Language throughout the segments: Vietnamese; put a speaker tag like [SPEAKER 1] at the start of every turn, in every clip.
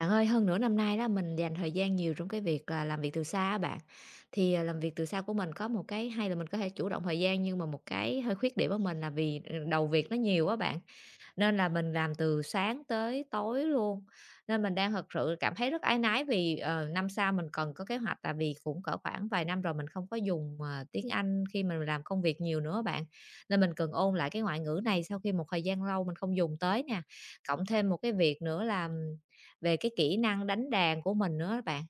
[SPEAKER 1] Bạn ơi, hơn nửa năm nay đó mình dành thời gian nhiều trong cái việc là làm việc từ xa á bạn. Thì, làm việc từ xa của mình có một cái hay là mình có thể chủ động thời gian, nhưng mà một cái hơi khuyết điểm của mình là vì, đầu việc nó nhiều quá, bạn, nên là mình làm từ sáng tới tối luôn. Nên mình đang thật sự cảm thấy rất áy náy vì, năm sau mình cần có kế hoạch, tại vì cũng cỡ khoảng vài năm rồi mình không có dùng, tiếng Anh khi mình làm công việc nhiều nữa bạn, nên mình cần ôn lại cái ngoại ngữ này sau khi một thời gian lâu mình không dùng tới nè. Cộng thêm một cái việc nữa là về cái kỹ năng đánh đàn của mình nữa á bạn,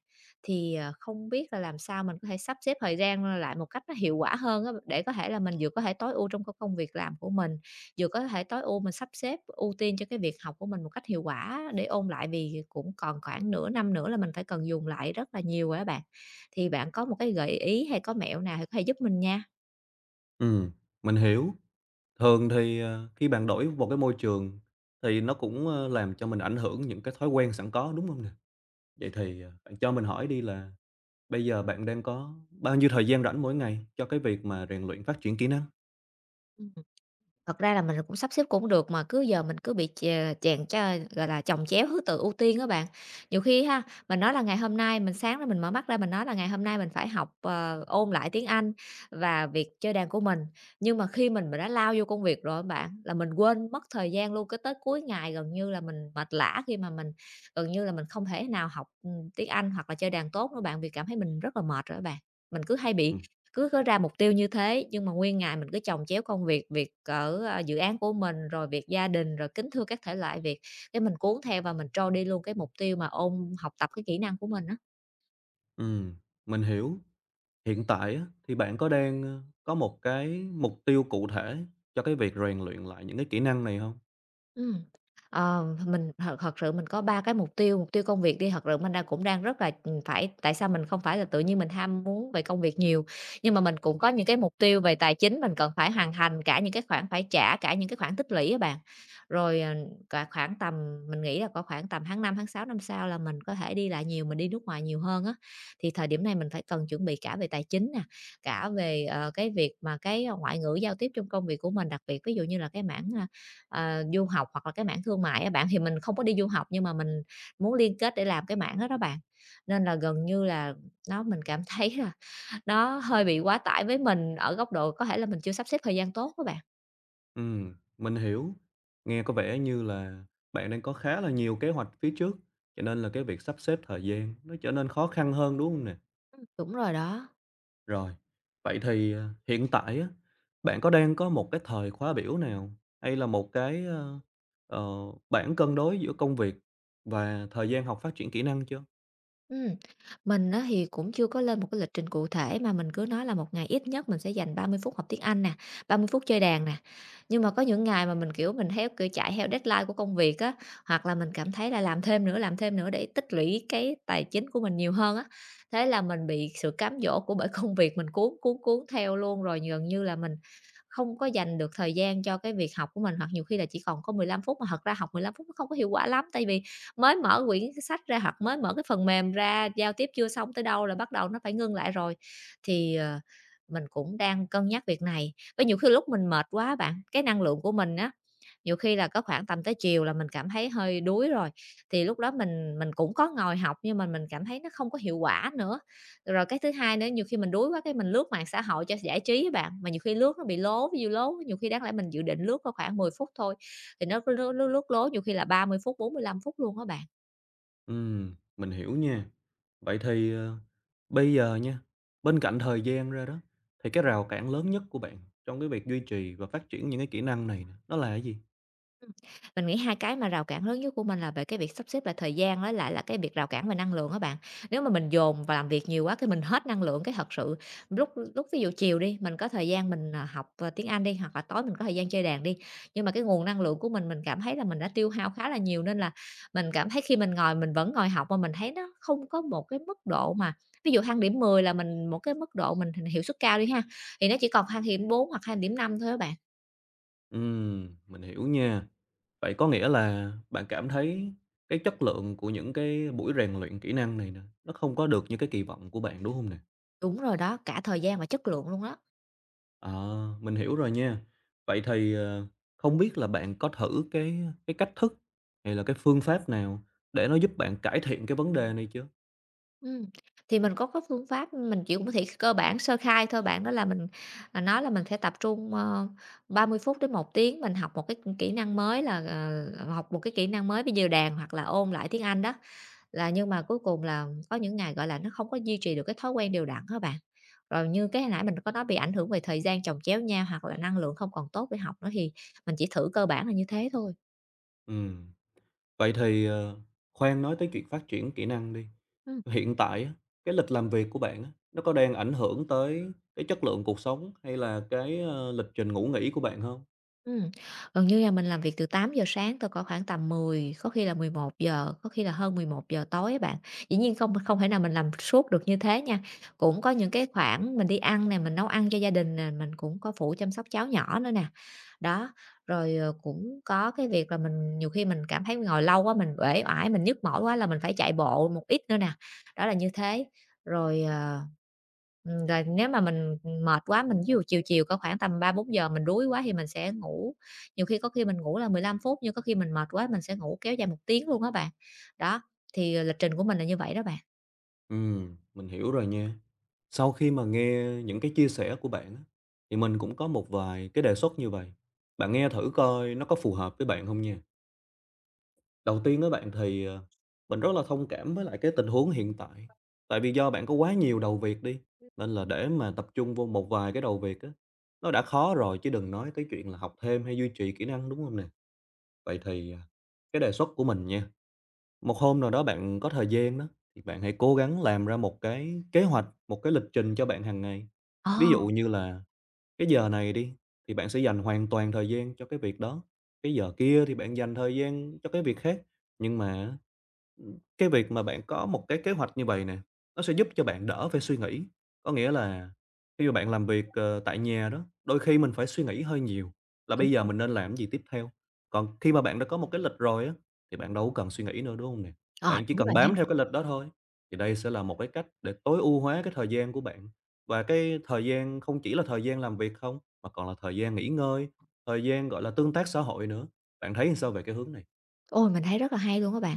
[SPEAKER 1] thì, không biết là làm sao mình có thể sắp xếp thời gian lại một cách nó hiệu quả hơn á, để có thể là mình vừa có thể tối ưu trong cái công việc làm của mình, vừa có thể tối ưu mình sắp xếp ưu tiên cho cái việc học của mình một cách hiệu quả để ôn lại vì cũng còn khoảng nửa năm nữa là mình phải cần dùng lại rất là nhiều rồi á bạn. Thì bạn có một cái gợi ý hay có mẹo nào thì có thể giúp mình nha?
[SPEAKER 2] Ừm, mình hiểu. Thường thì, khi bạn đổi vào cái môi trường thì nó cũng, làm cho mình ảnh hưởng những cái thói quen sẵn có, đúng không nè? Vậy thì, bạn cho mình hỏi đi là bây giờ bạn đang có bao nhiêu thời gian rảnh mỗi ngày cho cái việc mà rèn luyện phát triển kỹ năng?
[SPEAKER 1] Thật ra là mình cũng sắp xếp cũng được mà cứ giờ mình cứ bị chè chèn cho gọi là, chồng chéo thứ tự ưu tiên á bạn. Nhiều khi ha, mình nói là ngày hôm nay mình sáng ra mình mở mắt ra mình nói là ngày hôm nay mình phải học, ôn lại tiếng Anh và việc chơi đàn của mình, nhưng mà khi mình mà đã lao vô công việc rồi á bạn, là mình quên mất thời gian luôn, cái tới cuối ngày gần như là mình mệt lả khi mà mình gần như là mình không thể nào học, tiếng Anh hoặc là chơi đàn tốt nữa bạn, vì cảm thấy mình rất là mệt rồi á bạn. Mình cứ hay bị
[SPEAKER 2] Ừm.
[SPEAKER 1] cứ có ra mục tiêu như thế, nhưng mà nguyên ngày mình cứ chồng chéo công việc, việc ở, dự án của mình, rồi việc gia đình, rồi kính thưa các thể loại việc, cái mình cuốn theo và mình trôi đi luôn cái mục tiêu mà ôn học tập cái kỹ năng của mình đó.
[SPEAKER 2] Ừm, mình hiểu. Hiện tại á, thì bạn có đang, có một cái mục tiêu cụ thể cho cái việc rèn luyện lại những cái kỹ năng này không?
[SPEAKER 1] Ừm, mình thật thật sự mình có 3 cái mục tiêu công việc đi, thật sự mình đang cũng rất là, phải tại sao mình không phải là tự nhiên mình ham muốn về công việc nhiều, nhưng mà mình cũng có những cái mục tiêu về tài chính mình cần phải hoàn thành, cả những cái khoản phải trả, cả những cái khoản tích lũy á bạn. Rồi, cả khoảng tầm mình nghĩ là có khoảng tầm tháng 5 tháng 6 năm sau là mình có thể đi lại nhiều, mình đi nước ngoài nhiều hơn á. Thì thời điểm này mình phải cần chuẩn bị cả về tài chính nè, cả về, cái việc mà cái ngoại ngữ giao tiếp trong công việc của mình, đặc biệt ví dụ như là cái mảng, du học hoặc là cái mảng thương mại á bạn, thì mình không có đi du học nhưng mà mình muốn liên kết để làm cái mảng đó đó bạn. Nên là gần như là nó mình cảm thấy là nó hơi bị quá tải với mình ở góc độ có thể là mình chưa sắp xếp thời gian tốt các bạn.
[SPEAKER 2] Mình hiểu. Nghe có vẻ như là bạn đang có khá là nhiều kế hoạch phía trước, cho nên là cái việc sắp xếp thời gian nó trở nên khó khăn hơn, đúng không nè?
[SPEAKER 1] Đúng rồi đó.
[SPEAKER 2] Rồi, vậy thì, hiện tại á, bạn có đang có một cái thời khóa biểu nào hay là một cái, ờ, bảng cân đối giữa công việc và thời gian học phát triển kỹ năng chưa?
[SPEAKER 1] Ừm, mình á thì cũng chưa có lên một cái lịch trình cụ thể mà mình cứ nói là một ngày ít nhất mình sẽ dành 30 phút học tiếng Anh nè, 30 phút chơi đàn nè. Nhưng mà có những ngày mà mình, kiểu, mình theo kiểu, chạy theo deadline của công việc á, hoặc là mình cảm thấy là làm thêm nữa để tích lũy cái tài chính của mình nhiều hơn á. Thế là mình bị sự cám dỗ của bởi công việc mình cuốn, cuốn, cuốn theo luôn, rồi gần như là mình không có dành được thời gian cho cái việc học của mình, hoặc nhiều khi là chỉ còn có 15 phút mà thật ra học 15 phút nó không có hiệu quả lắm, tại vì mới mở quyển sách ra hoặc mới mở cái phần mềm ra, giao tiếp chưa xong tới đâu là bắt đầu nó phải ngưng lại rồi. Thì, mình cũng đang cân nhắc việc này. Với nhiều khi lúc mình mệt quá bạn, cái năng lượng của mình á, nhiều khi là có khoảng tầm tới chiều là mình cảm thấy hơi đuối rồi, thì lúc đó mình cũng có ngồi học nhưng mà mình cảm thấy nó không có hiệu quả nữa. Rồi cái thứ hai nữa, nhiều khi mình đuối quá cái mình lướt mạng xã hội cho giải trí á bạn, mà nhiều khi lướt nó bị lố, ví dụ lố nhiều khi đáng lẽ mình dự định lướt có khoảng 10 phút thôi, thì nó cứ lướt lướt lướt lố nhiều khi là 30 phút, 45 phút luôn á bạn.
[SPEAKER 2] Mình hiểu nha. Vậy thì, bây giờ nha, bên cạnh thời gian ra đó, thì cái rào cản lớn nhất của bạn trong cái việc duy trì và phát triển những cái kỹ năng này nè, nó là cái gì?
[SPEAKER 1] Mình nghĩ hai cái mà rào cản lớn nhất của mình là về cái việc sắp xếp lại thời gian với lại là cái việc rào cản về năng lượng á bạn. Nếu mà mình dồn và làm việc nhiều quá cái mình hết năng lượng, cái thật sự lúc lúc ví dụ chiều đi, mình có thời gian mình, học, tiếng Anh đi, hoặc là tối mình có thời gian chơi đàn đi, nhưng mà cái nguồn năng lượng của mình cảm thấy là mình đã tiêu hao khá là nhiều nên là mình cảm thấy khi mình ngồi mình vẫn ngồi học mà mình thấy nó không có một cái mức độ mà ví dụ thang điểm 10 là mình một cái mức độ mình hiệu suất cao đi ha, thì nó chỉ còn thang điểm 4 hoặc thang điểm 5 thôi á bạn.
[SPEAKER 2] Mình hiểu nha. Vậy có nghĩa là bạn cảm thấy cái chất lượng của những cái buổi rèn luyện kỹ năng này nè, nó không có được như cái kỳ vọng của bạn, đúng không nè?
[SPEAKER 1] Đúng rồi đó, cả thời gian và chất lượng luôn đó.
[SPEAKER 2] Ờ, mình hiểu rồi nha. Vậy thì, không biết là bạn có thử cái cách thức hay là cái phương pháp nào để nó giúp bạn cải thiện cái vấn đề này chưa?
[SPEAKER 1] Ừm, thì mình có phương pháp, mình chỉ cũng thể cơ bản sơ khai thôi bạn, đó là mình, nói là mình sẽ tập trung, 30 phút đến 1 tiếng mình học một cái kỹ năng mới là, học một cái kỹ năng mới, ví dụ đàn hoặc là ôn lại tiếng Anh đó, là nhưng mà cuối cùng là có những ngày, gọi là, nó không có duy trì được cái thói quen đều đặn á bạn. Rồi như cái hồi nãy mình có nói bị ảnh hưởng về thời gian chồng chéo nhau hoặc là năng lượng không còn tốt để học nữa thì mình chỉ thử cơ bản là như thế thôi.
[SPEAKER 2] Ừm, vậy thì, khoan nói tới chuyện phát triển kỹ năng đi.
[SPEAKER 1] Ừm.
[SPEAKER 2] Hiện tại á, cái lịch làm việc của bạn á, nó có đang ảnh hưởng tới cái chất lượng cuộc sống hay là cái, lịch trình ngủ nghỉ của bạn không?
[SPEAKER 1] Ừm, Gần như là mình làm việc từ 8 giờ sáng tới có khoảng tầm 10 có khi là 11 giờ có khi là hơn 11 giờ tối á bạn. Dĩ nhiên không không thể nào mình làm suốt được như thế nha, cũng có những cái khoảng mình đi ăn nè, mình nấu ăn cho gia đình nè, mình cũng có phụ chăm sóc cháu nhỏ nữa nè. Đó, rồi, cũng có cái việc là mình nhiều khi mình cảm thấy ngồi lâu quá mình uể oải, mình nhức mỏi quá là mình phải chạy bộ một ít nữa nè, đó là như thế. Rồi, ờ rồi nếu mà mình, mệt quá, mình ví dụ chiều chiều có khoảng tầm 3, 4 giờ mình đuối quá thì mình sẽ ngủ, nhiều khi có khi mình ngủ là 15 phút, nhưng có khi mình mệt quá mình sẽ ngủ kéo dài 1 tiếng luôn đó bạn. Đó, thì, lịch trình của mình là như vậy đó bạn.
[SPEAKER 2] Mình hiểu rồi nha. Sau khi mà nghe những cái chia sẻ của bạn á, thì mình cũng có một vài cái đề xuất như vậy, bạn nghe thử coi nó có phù hợp với bạn không nha. Đầu tiên á bạn thì, mình rất là thông cảm với lại cái tình huống hiện tại, tại vì do bạn có quá nhiều đầu việc đi, nên là để mà tập trung vô một vài cái đầu việc á, nó đã khó rồi chứ đừng nói tới chuyện là học thêm hay duy trì kỹ năng, đúng không nè? Vậy thì, cái đề xuất của mình nha, một hôm nào đó bạn có thời gian đó, thì bạn hãy cố gắng làm ra một cái kế hoạch, một cái lịch trình cho bạn hàng ngày.
[SPEAKER 1] Ờ,
[SPEAKER 2] Ví dụ như là cái giờ này đi, thì bạn sẽ dành hoàn toàn thời gian cho cái việc đó, cái giờ kia thì bạn dành thời gian cho cái việc khác. Nhưng mà cái việc mà bạn có một cái kế hoạch như vậy nè, nó sẽ giúp cho bạn đỡ phải suy nghĩ. Có nghĩa là khi mà bạn làm việc, tại nhà đó, đôi khi mình phải suy nghĩ hơi nhiều là
[SPEAKER 1] đúng
[SPEAKER 2] bây giờ
[SPEAKER 1] rồi,
[SPEAKER 2] mình nên làm gì tiếp theo. Còn khi mà bạn đã có một cái lịch rồi á, thì bạn đâu có cần suy nghĩ nữa, đúng không nè?
[SPEAKER 1] ờ,
[SPEAKER 2] Bạn chỉ
[SPEAKER 1] đúng
[SPEAKER 2] cần
[SPEAKER 1] rồi.
[SPEAKER 2] bám theo cái lịch đó thôi. Thì đây sẽ là một cái cách để tối ưu hóa cái thời gian của bạn, và cái thời gian không chỉ là thời gian làm việc không, mà còn là thời gian nghỉ ngơi, thời gian, gọi là, tương tác xã hội nữa. Bạn thấy sao về cái hướng này?
[SPEAKER 1] Ôi, mình thấy rất là hay luôn các bạn.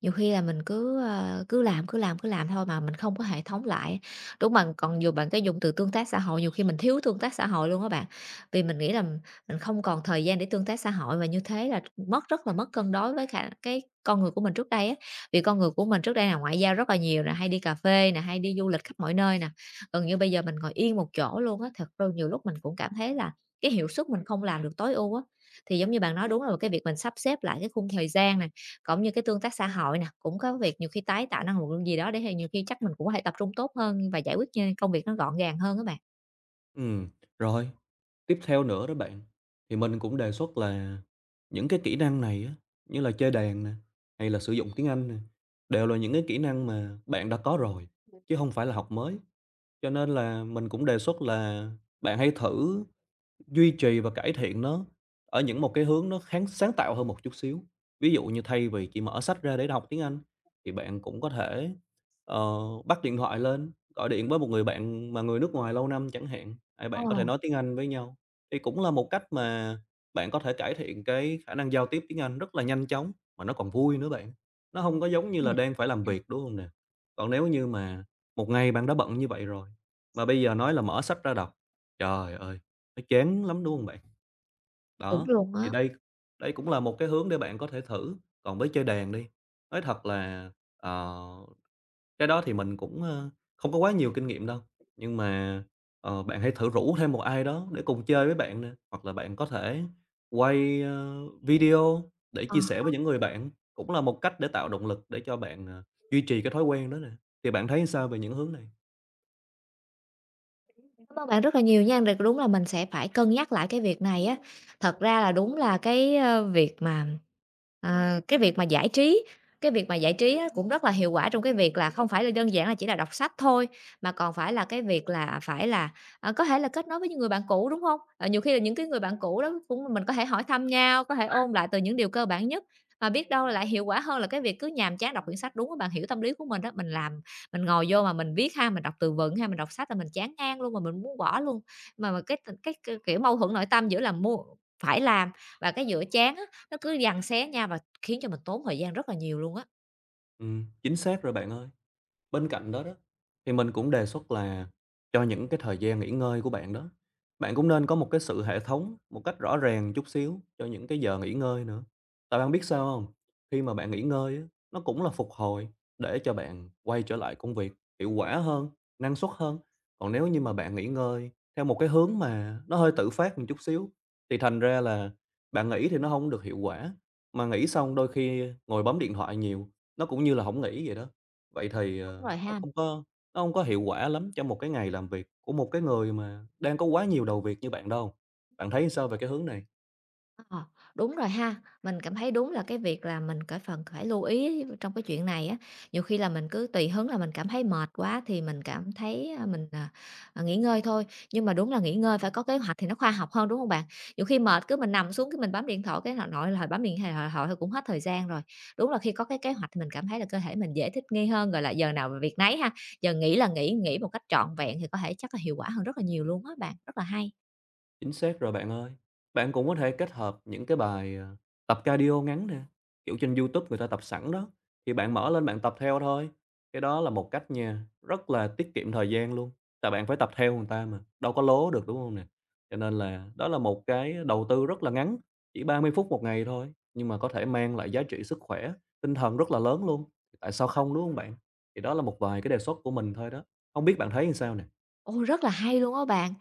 [SPEAKER 1] Nhiều khi là mình cứ, cứ làm, cứ làm, cứ làm thôi mà mình không có hệ thống lại. Đúng mà còn dù bạn cái dùng từ tương tác xã hội, nhiều khi mình thiếu tương tác xã hội luôn các bạn. Vì mình nghĩ là mình không còn thời gian để tương tác xã hội và như thế là mất rất là mất cân đối với cả cái con người của mình trước đây á. Vì con người của mình trước đây là ngoại giao rất là nhiều nè, hay đi cà phê nè, hay đi du lịch khắp mọi nơi nè. Gần như bây giờ mình ngồi yên một chỗ luôn á, thật ra nhiều lúc mình cũng cảm thấy là cái hiệu suất mình không làm được tối ưu á. Thì giống như bạn nói, đúng là cái việc mình sắp xếp lại cái khung thời gian này cũng như cái tương tác xã hội nè, cũng có việc nhiều khi tái tạo năng lượng gì đó để hay nhiều khi chắc mình cũng có thể tập trung tốt hơn và giải quyết, công việc nó gọn gàng hơn các bạn.
[SPEAKER 2] Ừ, rồi. Tiếp theo nữa đó bạn, thì mình cũng đề xuất là những cái kỹ năng này á, như là chơi đàn nè, hay là sử dụng tiếng Anh nè, đều là những cái kỹ năng mà bạn đã có rồi, chứ không phải là học mới. Cho nên là mình cũng đề xuất là bạn hãy thử duy trì và cải thiện nó ở những một cái hướng nó kháng sáng tạo hơn một chút xíu. Ví dụ như thay vì chỉ mở sách ra để đọc tiếng Anh, thì bạn cũng có thể, ờ, bắt điện thoại lên, gọi điện với một người bạn mà người nước ngoài lâu năm chẳng hạn, hai
[SPEAKER 1] Ờ,
[SPEAKER 2] bạn có thể nói tiếng Anh với nhau. Thì cũng là một cách mà bạn có thể cải thiện cái khả năng giao tiếp tiếng Anh rất là nhanh chóng, mà nó còn vui nữa bạn. Nó không có giống như
[SPEAKER 1] ừm,
[SPEAKER 2] là đang phải làm việc, đúng không nè? Còn nếu như mà một ngày bạn đã bận như vậy rồi, mà bây giờ nói là mở sách ra đọc, trời ơi! Nó chán lắm, đúng không bạn?
[SPEAKER 1] đúng
[SPEAKER 2] Đó,
[SPEAKER 1] luôn
[SPEAKER 2] thì
[SPEAKER 1] á.
[SPEAKER 2] đây đây cũng là một cái hướng để bạn có thể thử. Còn với chơi đàn đi, nói thật là, ờ, cái đó thì mình cũng, không có quá nhiều kinh nghiệm đâu, nhưng mà, bạn hãy thử rủ thêm một ai đó để cùng chơi với bạn nè, hoặc là bạn có thể quay, video để chia sẻ với những người bạn, cũng là một cách để tạo động lực để cho bạn, duy trì cái thói quen đó nè. Thì bạn thấy sao về những hướng này?
[SPEAKER 1] Cảm ơn bạn rất là nhiều nha, rồi đúng là mình sẽ phải cân nhắc lại cái việc này á. Thật ra là đúng là cái, ơ, việc mà, ờ, cái việc mà giải trí cái việc mà giải trí á cũng rất là hiệu quả trong cái việc là không phải là đơn giản là chỉ là đọc sách thôi, mà còn phải là cái việc là phải là, có thể là kết nối với những người bạn cũ, đúng không? Ờ, nhiều khi là những cái người bạn cũ đó cũng mình có thể hỏi thăm nhau, có thể ôn lại từ những điều cơ bản nhất, mà biết đâu lại hiệu quả hơn là cái việc cứ nhàm chán đọc quyển sách. Đúng các bạn hiểu tâm lý của mình đó, mình ngồi vô mà mình viết ha, mình đọc từ vựng ha, mình đọc sách là mình chán ngang luôn, mà mình muốn bỏ luôn. Mà cái kiểu mâu thuẫn nội tâm giữa là mua phải làm và cái giữa chán á, nó cứ giằng xé nhau và khiến cho mình tốn thời gian rất là nhiều luôn á.
[SPEAKER 2] Chính xác rồi bạn ơi. Bên cạnh đó đó, thì mình cũng đề xuất là cho những cái thời gian nghỉ ngơi của bạn đó, bạn cũng nên có một cái sự hệ thống, một cách rõ ràng chút xíu cho những cái giờ nghỉ ngơi nữa. Tại bạn biết sao không? Khi mà bạn nghỉ ngơi á, nó cũng là phục hồi để cho bạn quay trở lại công việc hiệu quả hơn, năng suất hơn. Còn nếu như mà bạn nghỉ ngơi theo một cái hướng mà nó hơi tự phát một chút xíu, thì thành ra là bạn nghỉ thì nó không được hiệu quả, mà nghỉ xong đôi khi ngồi bấm điện thoại nhiều, nó cũng như là không nghỉ vậy đó. Vậy thì,
[SPEAKER 1] Đúng rồi
[SPEAKER 2] nó
[SPEAKER 1] ha.
[SPEAKER 2] không có nó không có hiệu quả lắm cho một cái ngày làm việc của một cái người mà đang có quá nhiều đầu việc như bạn đâu. Bạn thấy sao về cái hướng này?
[SPEAKER 1] Ờ, đúng rồi ha. Mình cảm thấy đúng là cái việc là mình cái phần phải lưu ý trong cái chuyện này á, nhiều khi là mình cứ tùy hứng là mình cảm thấy mệt quá thì mình cảm thấy, à, nghỉ ngơi thôi, nhưng mà đúng là nghỉ ngơi phải có kế hoạch thì nó khoa học hơn, đúng không bạn? Nhiều khi mệt cứ mình nằm xuống cái mình bấm điện thoại, cái nội nội là bấm điện thoại thoại thôi cũng hết thời gian rồi. Đúng là khi có cái kế hoạch thì mình cảm thấy là cơ thể mình dễ thích nghi hơn, gọi là, giờ nào việc nấy ha, giờ nghỉ là nghỉ, nghỉ một cách trọn vẹn thì có thể chắc là hiệu quả hơn rất là nhiều luôn á bạn, rất là hay.
[SPEAKER 2] Chính xác rồi bạn ơi. Bạn cũng có thể kết hợp những cái bài, tập cardio ngắn nè, kiểu, trên YouTube người ta tập sẵn đó, thì bạn mở lên bạn tập theo thôi. Cái đó là một cách nha, rất là tiết kiệm thời gian luôn, tại bạn phải tập theo người ta mà, đâu có lố được, đúng không nè? Cho nên là đó là một cái đầu tư rất là ngắn, chỉ 30 phút một ngày thôi, nhưng mà có thể mang lại giá trị sức khỏe, tinh thần rất là lớn luôn. Thì tại sao không, đúng không bạn? Thì đó là một vài cái đề xuất của mình thôi đó, không biết bạn thấy như sao nè?
[SPEAKER 1] Ồ, rất là hay luôn á bạn!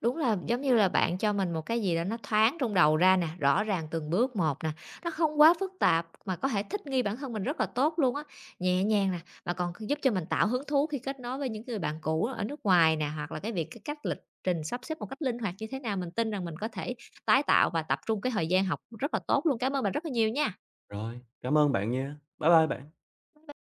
[SPEAKER 1] Đúng là giống như là bạn cho mình một cái gì đó nó thoáng trong đầu ra nè, rõ ràng từng bước một nè, nó không quá phức tạp mà có thể thích nghi bản thân mình rất là tốt luôn á, nhẹ nhàng nè, mà còn giúp cho mình tạo hứng thú khi kết nối với những người bạn cũ ở nước ngoài nè, hoặc là cái việc cái cách lịch trình sắp xếp một cách linh hoạt như thế nào, mình tin rằng mình có thể tái tạo và tập trung cái thời gian học rất là tốt luôn. Cảm ơn bạn rất là nhiều nha.
[SPEAKER 2] Rồi, cảm ơn bạn nha. Bye bye bạn.